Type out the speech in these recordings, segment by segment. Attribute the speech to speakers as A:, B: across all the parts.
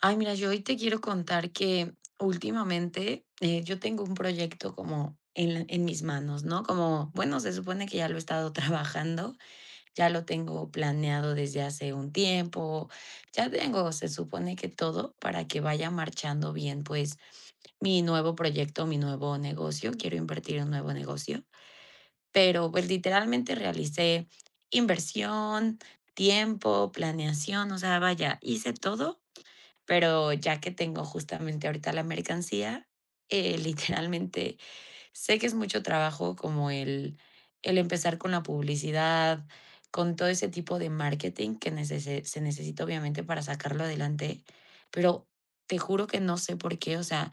A: Ay, mira, yo hoy te quiero contar que últimamente yo tengo un proyecto como en, en mis manos, ¿no? Como, bueno, se supone que ya lo he estado trabajando, ya lo tengo planeado desde hace un tiempo, ya tengo, se supone que todo para que vaya marchando bien, pues mi nuevo proyecto, mi nuevo negocio, quiero invertir en un nuevo negocio, pero pues literalmente realicé inversión, tiempo, planeación, o sea, vaya, hice todo pero ya que tengo justamente ahorita la mercancía, literalmente sé que es mucho trabajo como el empezar con la publicidad, con todo ese tipo de marketing que necese se necesita obviamente para sacarlo adelante, pero te juro que no sé por qué, o sea,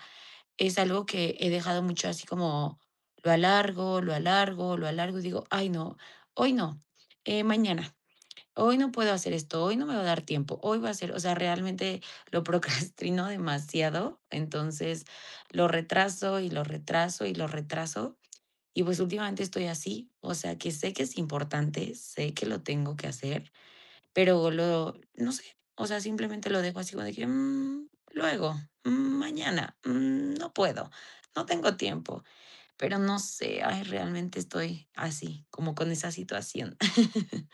A: es algo que he dejado mucho así como lo alargo, lo alargo, lo alargo y digo: "Ay no, hoy no, mañana". Hoy no puedo hacer esto, hoy no me va a dar tiempo, hoy va a ser, o sea, realmente lo procrastino demasiado, entonces lo retraso y lo retraso y lo retraso. Y pues últimamente estoy así, o sea, que sé que es importante, sé que lo tengo que hacer, pero no sé, o sea, simplemente lo dejo así como de que "Mm, luego, mm, mañana, mm, no puedo, no tengo tiempo, pero no sé, ay, realmente estoy así, como con esa situación".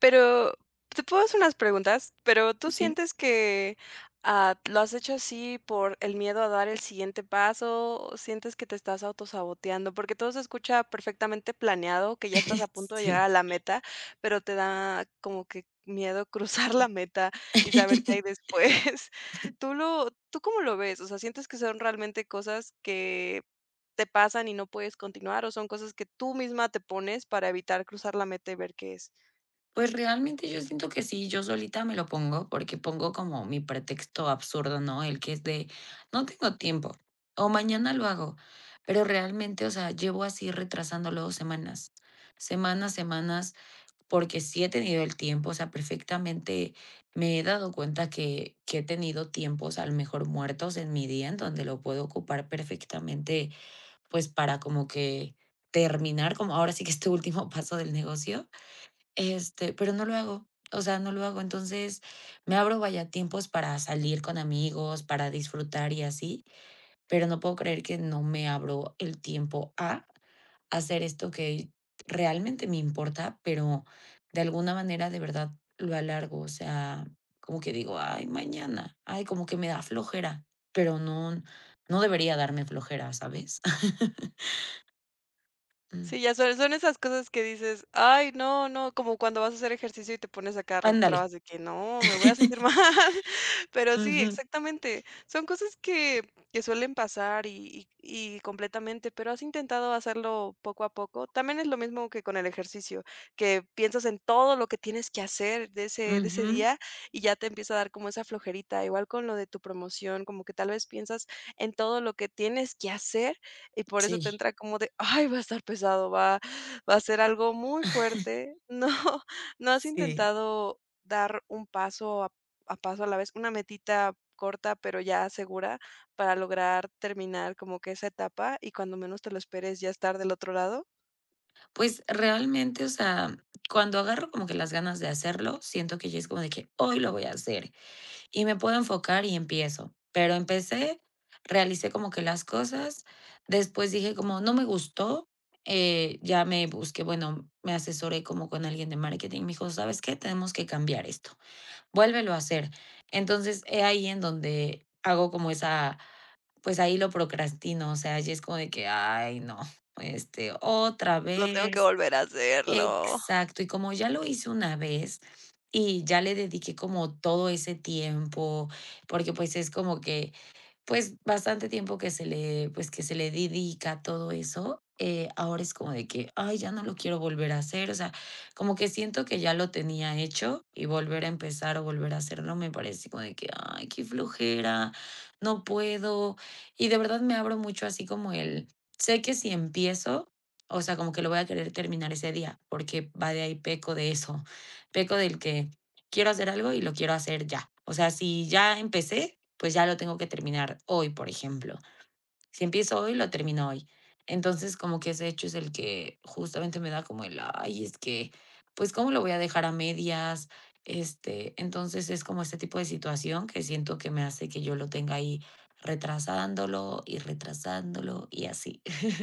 B: Pero, te puedo hacer unas preguntas, pero, ¿tú
A: Sí,
B: sientes que, lo has hecho así por el miedo a dar el siguiente paso, o sientes que te estás autosaboteando? Porque todo se escucha perfectamente planeado, que ya estás a punto de llegar
A: sí.
B: a la meta, pero te da como que miedo cruzar la meta y saber qué hay después. ¿Tú cómo lo ves? O sea, ¿sientes que son realmente cosas que te pasan y no puedes continuar, o son cosas que tú misma te pones para evitar cruzar la meta y ver qué es?
A: Pues realmente yo siento que sí, yo solita me lo pongo, porque pongo como mi pretexto absurdo, ¿no? El que es de: "No tengo tiempo", o "Mañana lo hago", pero realmente, o sea, llevo así retrasándolo semanas, semanas, semanas, porque sí he tenido el tiempo, o sea, perfectamente me he dado cuenta que he tenido tiempos, a lo mejor, muertos en mi día, en donde lo puedo ocupar perfectamente, pues, para como que terminar, como ahora sí que este último paso del negocio. Este, pero no lo hago, o sea, no lo hago. Entonces, me abro, vaya, tiempos para salir con amigos, para disfrutar y así, pero no puedo creer que no me abro el tiempo a hacer esto que realmente me importa, pero de alguna manera de verdad lo alargo. O sea, como que digo: "Ay, mañana". Ay, como que me da flojera, pero no debería darme flojera, ¿sabes? Mm,
B: Sí, ya son esas cosas que dices: "Ay, no, no", como cuando vas a hacer ejercicio y te pones a cada rato
A: ándale.
B: trabas de que: "No, me voy a sentir mal". Pero sí,
A: Ujú,
B: exactamente. Son cosas que suelen pasar y completamente, pero ¿has intentado hacerlo poco a poco? También es lo mismo que con el ejercicio, que piensas en todo lo que tienes que hacer de ese
A: ujú.
B: día y ya te empieza a dar como esa flojerita, igual con lo de tu promoción, como que tal vez piensas en todo lo que tienes que hacer y por eso te
A: Sí,
B: entra como de: "Ay, va a estar pesado, va a ser algo muy fuerte". No, ¿no has
A: sí.
B: intentado dar un paso a paso a la vez, una metita corta, pero ya segura, para lograr terminar como que esa etapa, y cuando menos te lo esperes ya estar del otro lado?
A: Pues realmente, o sea, cuando agarro como que las ganas de hacerlo, siento que ya es como de que hoy lo voy a hacer y me puedo enfocar y empiezo. Pero empecé, realicé como que las cosas, después dije como no me gustó, ya me busqué, bueno, me asesoré como con alguien de marketing, me dijo: "¿Sabes qué? Tenemos que cambiar esto, vuélvelo a hacer". Entonces, es ahí en donde hago como esa, pues ahí lo procrastino, o sea, ya es como de que, ay, no, este, otra
B: Lo tengo que
A: vez.
B: volver a hacerlo.
A: Exacto, y como ya lo hice una vez y ya le dediqué como todo ese tiempo, porque, pues, es como que, pues, bastante tiempo que se le que se le dedica a todo eso, ahora es como de que: "Ay, ya no lo quiero volver a hacer", o sea, como que siento que ya lo tenía hecho y volver a empezar o volver a hacerlo me parece como de que: "Ay, qué flojera, no puedo", y de verdad me abro mucho así como el sé que si empiezo o sea, como que lo voy a querer terminar ese día, porque va de ahí, peco de eso. Peco del que quiero hacer algo y lo quiero hacer ya. O sea, si ya empecé, pues ya lo tengo que terminar hoy, por ejemplo. Si empiezo hoy, lo termino hoy. Entonces, como que ese hecho es el que justamente me da como el, ay, es que, pues, ¿cómo lo voy a dejar a medias? Este, entonces es como este tipo de situación que siento que me hace que yo lo tenga ahí retrasándolo y retrasándolo y así.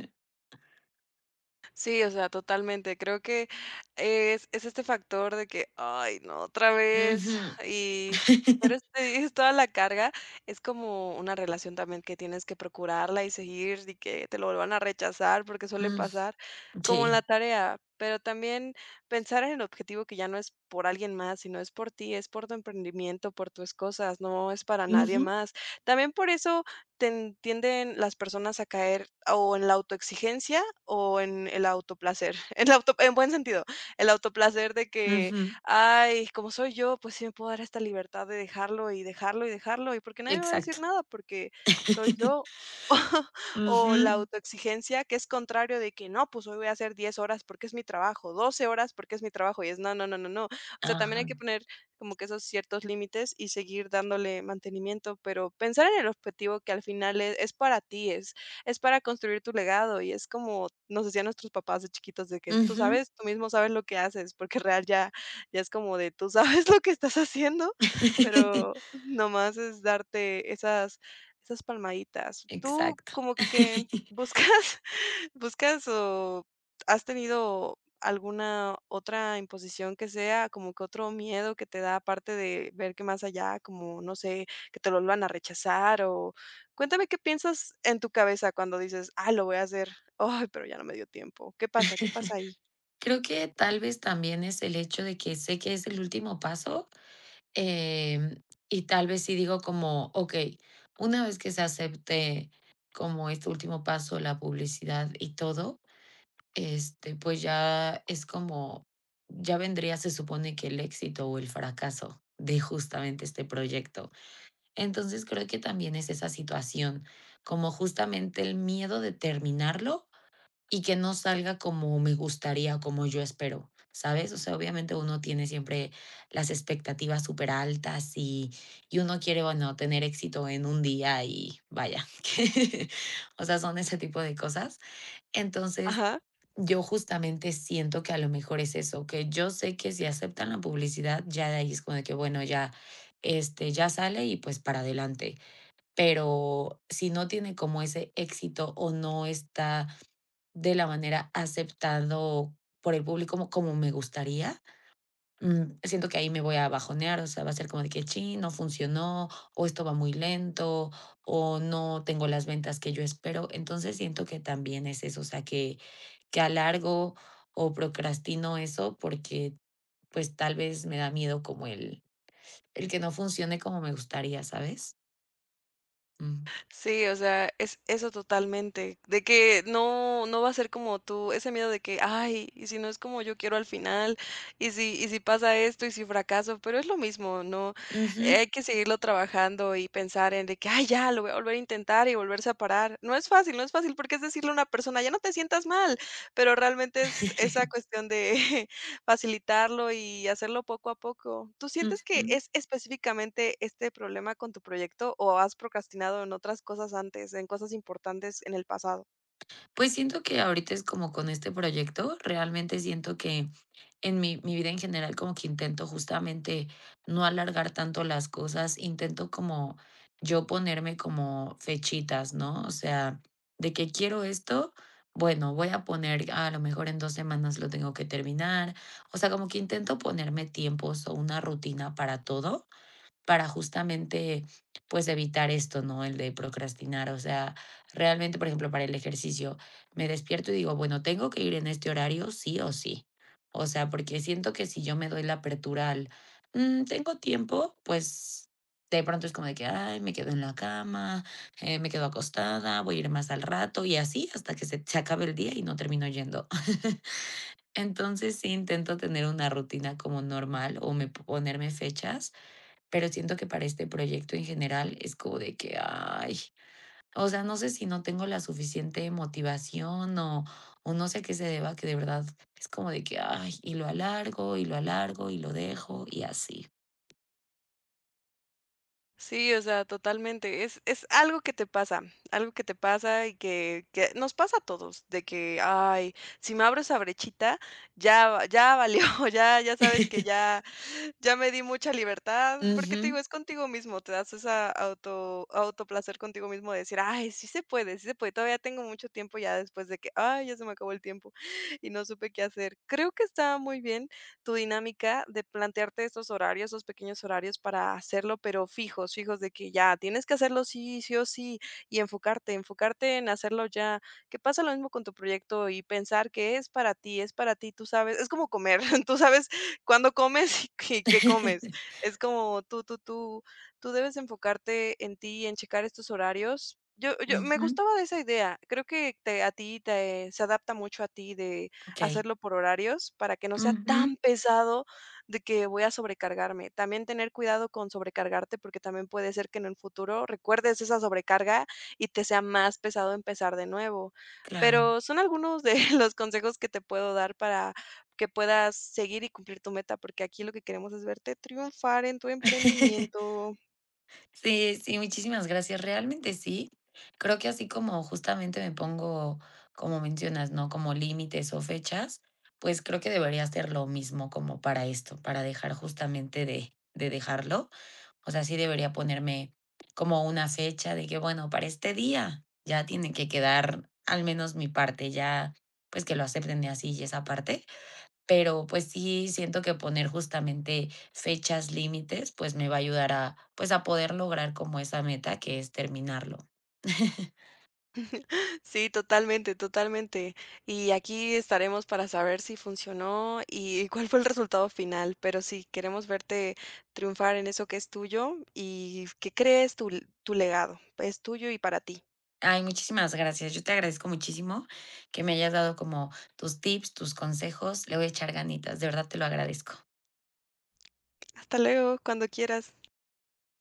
B: Sí, o sea, totalmente. Creo que es este factor de que, ay, no, otra vez.
A: Ujú.
B: Y, pero es toda la carga. Es como una relación también que tienes que procurarla y seguir y que te lo vuelvan a rechazar porque suele
A: Ujú.
B: pasar como en la
A: Sí.
B: tarea. Pero también pensar en el objetivo que ya no es por alguien más, sino es por ti, es por tu emprendimiento, por tus cosas, no es para nadie
A: Ujú,
B: más. También por eso tienden las personas a caer o en la autoexigencia o en el autoplacer. El auto, en buen sentido, el autoplacer de que,
A: ujú,
B: ay, como soy yo, pues sí me puedo dar esta libertad de dejarlo y dejarlo y dejarlo, y porque nadie me va a decir
A: exacto.
B: nada, porque soy yo.
A: Ujú,
B: O la autoexigencia, que es contrario de que no, pues hoy voy a hacer 10 horas porque es mi trabajo, 12 horas porque es mi trabajo, y es no, no, no, no, no. O sea, también hay
A: ajá,
B: que poner como que esos ciertos límites y seguir dándole mantenimiento, pero pensar en el objetivo que al final es, para ti, es para construir tu legado y es como nos decían nuestros papás de chiquitos de que tú
A: ujú.
B: sabes, tú mismo sabes lo que haces, porque real ya, ya es como de tú sabes lo que estás haciendo, pero nomás es darte esas palmaditas. Tú
A: Exacto.
B: como que buscas, buscas o has tenido alguna otra imposición que sea, como que otro miedo que te da, aparte de ver que más allá, como no sé, que te lo van a rechazar o cuéntame qué piensas en tu cabeza cuando dices: "Ah, lo voy a hacer. Ay, pero ya no me dio tiempo". ¿Qué pasa? ¿Qué pasa ahí?
A: Creo que tal vez también es el hecho de que sé que es el último paso, em, y tal vez sí digo como: "Okey, una vez que se acepte como este último paso, la publicidad y todo, este, pues ya es como ya vendría, se supone que el éxito o el fracaso de justamente este proyecto". Entonces, creo que también es esa situación, como justamente el miedo de terminarlo y que no salga como me gustaría o como yo espero, ¿sabes? O sea, obviamente uno tiene siempre las expectativas súper altas y uno quiere, bueno, tener éxito en un día y vaya, que, o sea, son ese tipo de cosas. Entonces,
B: Ajá.
A: yo justamente siento que a lo mejor es eso, que yo sé que si aceptan la publicidad, ya de ahí es como de que, bueno, ya, este, ya sale y pues para adelante pero si no tiene como ese éxito o no está de la manera aceptado por el público como me gustaría, mm, siento que ahí me voy a bajonear, o sea, va a ser como de que: "Chin, no funcionó", o "Esto va muy lento", o "No tengo las ventas que yo espero". Entonces, siento que también es eso, o sea, que alargo o procrastino eso porque, pues, tal vez me da miedo como el que no funcione como me gustaría, ¿sabes? Mm.
B: Sí, o sea, es eso totalmente, de que no, no va a ser como tú, ese miedo de que, ay, y si no es como yo quiero al final, y si pasa esto, y si fracaso, pero es lo mismo, ¿no?
A: Ujú.
B: Hay que seguirlo trabajando y pensar en de que, ay, ya, lo voy a volver a intentar y volverse a parar. No es fácil, no es fácil porque es decirle a una persona, ya no te sientas mal, pero realmente es esa cuestión de facilitarlo y hacerlo poco a poco. ¿Tú sientes que
A: Ujú.
B: es específicamente este problema con tu proyecto o has procrastinado en otras cosas antes, en cosas importantes en el pasado?
A: Pues siento que ahorita es como con este proyecto, realmente siento que en mi vida en general como que intento justamente no alargar tanto las cosas, intento como yo ponerme como fechitas, ¿no? O sea, de que quiero esto, bueno, voy a poner, a lo mejor en dos semanas lo tengo que terminar, o sea, como que intento ponerme tiempos o una rutina para todo para justamente, pues, evitar esto, ¿no? El de procrastinar. O sea, realmente, por ejemplo, para el ejercicio, me despierto y digo, bueno, tengo que ir en este horario sí o sí. O sea, porque siento que si yo me doy la apertura al, "Mm, tengo tiempo", pues de pronto es como de que, ay, me quedo en la cama, me quedo acostada, voy a ir más al rato y así hasta que se acabe el día y no termino yendo. Entonces sí intento tener una rutina como normal o ponerme fechas pero siento que para este proyecto en general es como de que, ay, o sea, no sé si no tengo la suficiente motivación o no sé a qué se deba, que de verdad es como de que, ay, y lo alargo, y lo alargo, y lo dejo, y así.
B: Sí, o sea, totalmente. Es algo que te pasa, algo que te pasa y que nos pasa a todos, de que, ay, si me abro esa brechita, ya, ya valió, ya, ya sabes que ya ya me di mucha libertad, porque te digo,
A: Ujú.
B: es contigo mismo, te das esa autoplacer contigo mismo de decir: "Ay, sí se puede, todavía tengo mucho tiempo", ya después de que: "Ay, ya se me acabó el tiempo y no supe qué hacer". Creo que está muy bien tu dinámica de plantearte estos horarios, esos pequeños horarios para hacerlo, pero fijos, fijos de que ya tienes que hacerlo sí, sí o sí, y enfocarte, enfocarte en hacerlo ya. Que pasa lo mismo con tu proyecto y pensar que es para ti, tú sabes, es como comer, tú sabes cuando comes y qué comes. Es como tú tú debes enfocarte en ti, en checar estos horarios. Yo me
A: Ujú,
B: gustaba de esa idea. Creo que te a ti te se adapta mucho a ti de
A: okey.
B: hacerlo por horarios para que no sea tan
A: Ujú,
B: pesado de que voy a sobrecargarme. También tener cuidado con sobrecargarte, porque también puede ser que en el futuro recuerdes esa sobrecarga y te sea más pesado empezar de nuevo.
A: claro.
B: Pero son algunos de los consejos que te puedo dar para que puedas seguir y cumplir tu meta, porque aquí lo que queremos es verte triunfar en tu emprendimiento.
A: Sí, sí, muchísimas gracias. Realmente sí. Creo que así como justamente me pongo, como mencionas, ¿no? Como límites o fechas, pues creo que debería hacer lo mismo como para esto, para dejar justamente de dejarlo. O sea, sí debería ponerme como una fecha de que, bueno, para este día ya tiene que quedar al menos mi parte, ya pues que lo acepten de así y esa parte. Pero, pues sí, siento que poner justamente fechas límites, pues, me va a ayudar a, pues, a poder lograr como esa meta que es terminarlo.
B: Sí, totalmente, totalmente. Y aquí estaremos para saber si funcionó y cuál fue el resultado final, pero sí, queremos verte triunfar en eso que es tuyo y que crees tu, tu legado. Es tuyo y para ti.
A: Ay, muchísimas gracias. Yo te agradezco muchísimo que me hayas dado como tus tips, tus consejos. Le voy a echar ganitas, de verdad te lo agradezco.
B: Hasta luego, cuando quieras.